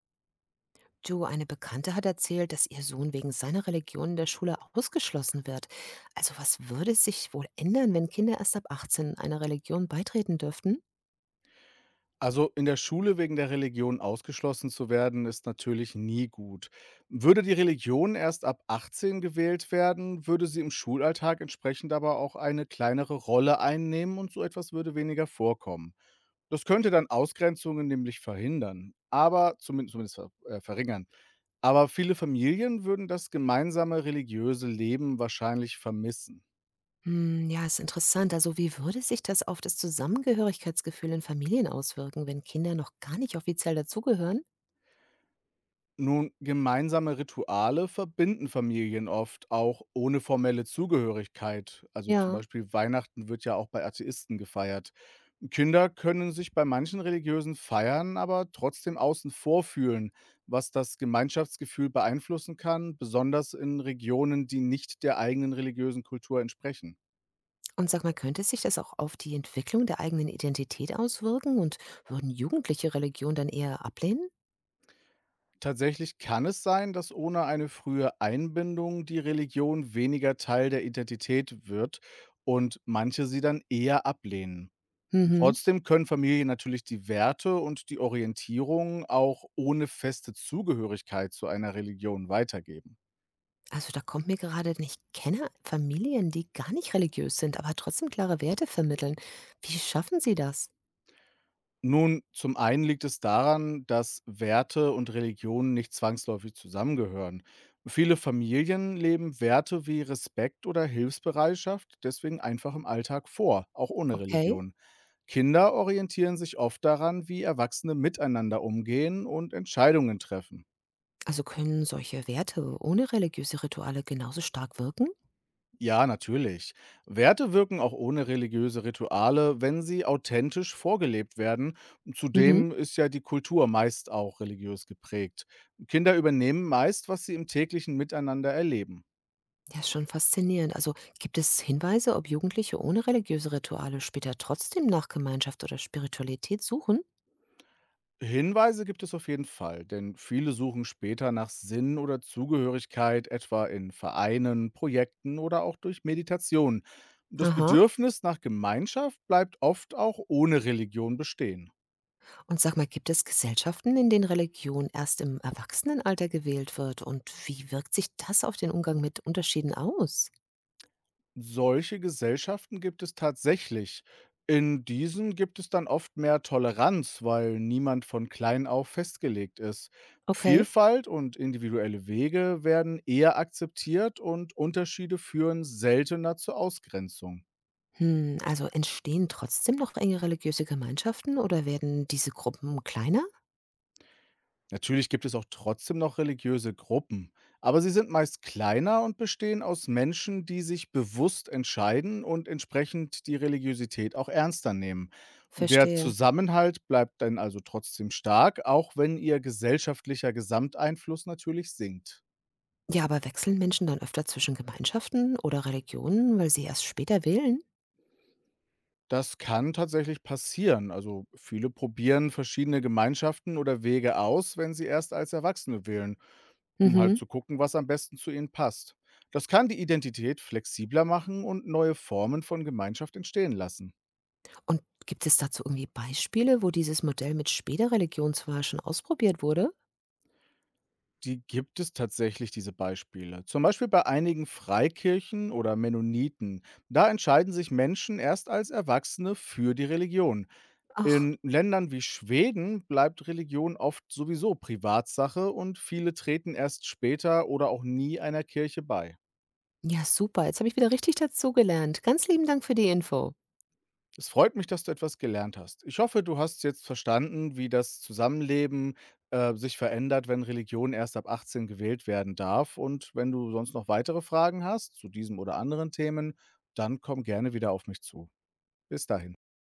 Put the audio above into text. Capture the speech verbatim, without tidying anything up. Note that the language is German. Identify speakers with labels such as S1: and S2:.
S1: Du, eine Bekannte hat erzählt, dass ihr Sohn wegen seiner Religion in der Schule ausgeschlossen wird. Also was würde sich wohl ändern, wenn Kinder erst ab achtzehn einer Religion beitreten dürften?
S2: Also in der Schule wegen der Religion ausgeschlossen zu werden, ist natürlich nie gut. Würde die Religion erst ab achtzehn gewählt werden, würde sie im Schulalltag entsprechend aber auch eine kleinere Rolle einnehmen und so etwas würde weniger vorkommen. Das könnte dann Ausgrenzungen nämlich verhindern, aber zumindest, zumindest ver äh, verringern. Aber viele Familien würden das gemeinsame religiöse Leben wahrscheinlich vermissen.
S1: Hm, ja, ist interessant. Also wie würde sich das auf das Zusammengehörigkeitsgefühl in Familien auswirken, wenn Kinder noch gar nicht offiziell dazugehören?
S2: Nun, gemeinsame Rituale verbinden Familien oft auch ohne formelle Zugehörigkeit. Also zum
S1: Ja.
S2: Beispiel Weihnachten wird ja auch bei Atheisten gefeiert. Kinder können sich bei manchen religiösen Feiern aber trotzdem außen vor fühlen, was das Gemeinschaftsgefühl beeinflussen kann, besonders in Regionen, die nicht der eigenen religiösen Kultur entsprechen.
S1: Und sag mal, könnte sich das auch auf die Entwicklung der eigenen Identität auswirken und würden Jugendliche Religion dann eher ablehnen?
S2: Tatsächlich kann es sein, dass ohne eine frühe Einbindung die Religion weniger Teil der Identität wird und manche sie dann eher ablehnen.
S1: Mhm.
S2: Trotzdem können Familien natürlich die Werte und die Orientierung auch ohne feste Zugehörigkeit zu einer Religion weitergeben.
S1: Also da kommt mir gerade, denn ich kenne Familien, die gar nicht religiös sind, aber trotzdem klare Werte vermitteln. Wie schaffen sie das?
S2: Nun, zum einen liegt es daran, dass Werte und Religionen nicht zwangsläufig zusammengehören. Viele Familien leben Werte wie Respekt oder Hilfsbereitschaft deswegen einfach im Alltag vor, auch ohne
S1: Okay.
S2: Religion. Kinder orientieren sich oft daran, wie Erwachsene miteinander umgehen und Entscheidungen treffen.
S1: Also können solche Werte ohne religiöse Rituale genauso stark wirken?
S2: Ja, natürlich. Werte wirken auch ohne religiöse Rituale, wenn sie authentisch vorgelebt werden.
S1: Mhm.
S2: Zudem ist ja die Kultur meist auch religiös geprägt. Kinder übernehmen meist, was sie im täglichen Miteinander erleben.
S1: Ja, ist schon faszinierend. Also gibt es Hinweise, ob Jugendliche ohne religiöse Rituale später trotzdem nach Gemeinschaft oder Spiritualität suchen?
S2: Hinweise gibt es auf jeden Fall, denn viele suchen später nach Sinn oder Zugehörigkeit, etwa in Vereinen, Projekten oder auch durch Meditation. Das
S1: Aha.
S2: Bedürfnis nach Gemeinschaft bleibt oft auch ohne Religion bestehen.
S1: Und sag mal, gibt es Gesellschaften, in denen Religion erst im Erwachsenenalter gewählt wird? Und wie wirkt sich das auf den Umgang mit Unterschieden aus?
S2: Solche Gesellschaften gibt es tatsächlich. In diesen gibt es dann oft mehr Toleranz, weil niemand von klein auf festgelegt ist.
S1: Okay.
S2: Vielfalt und individuelle Wege werden eher akzeptiert und Unterschiede führen seltener zur Ausgrenzung.
S1: Hm, also entstehen trotzdem noch enge religiöse Gemeinschaften oder werden diese Gruppen kleiner?
S2: Natürlich gibt es auch trotzdem noch religiöse Gruppen, aber sie sind meist kleiner und bestehen aus Menschen, die sich bewusst entscheiden und entsprechend die Religiosität auch ernster nehmen. Der
S1: Verstehe.
S2: Zusammenhalt bleibt dann also trotzdem stark, auch wenn ihr gesellschaftlicher Gesamteinfluss natürlich sinkt.
S1: Ja, aber wechseln Menschen dann öfter zwischen Gemeinschaften oder Religionen, weil sie erst später wählen?
S2: Das kann tatsächlich passieren. Also viele probieren verschiedene Gemeinschaften oder Wege aus, wenn sie erst als Erwachsene wählen, um halt
S1: Mhm.
S2: zu gucken, was am besten zu ihnen passt. Das kann die Identität flexibler machen und neue Formen von Gemeinschaft entstehen lassen.
S1: Und gibt es dazu irgendwie Beispiele, wo dieses Modell mit später Religionswahl schon ausprobiert wurde?
S2: Die gibt es tatsächlich, diese Beispiele. Zum Beispiel bei einigen Freikirchen oder Mennoniten. Da entscheiden sich Menschen erst als Erwachsene für die Religion.
S1: Ach,
S2: In Ländern wie Schweden bleibt Religion oft sowieso Privatsache und viele treten erst später oder auch nie einer Kirche bei.
S1: ja, super. Jetzt habe ich wieder richtig dazugelernt. Ganz lieben Dank für die Info.
S2: Es freut mich, dass du etwas gelernt hast. Ich hoffe, du hast jetzt verstanden, wie das Zusammenleben äh, sich verändert, wenn Religion erst ab achtzehn gewählt werden darf. Und wenn du sonst noch weitere Fragen hast zu diesem oder anderen Themen, dann komm gerne wieder auf mich zu. Bis dahin.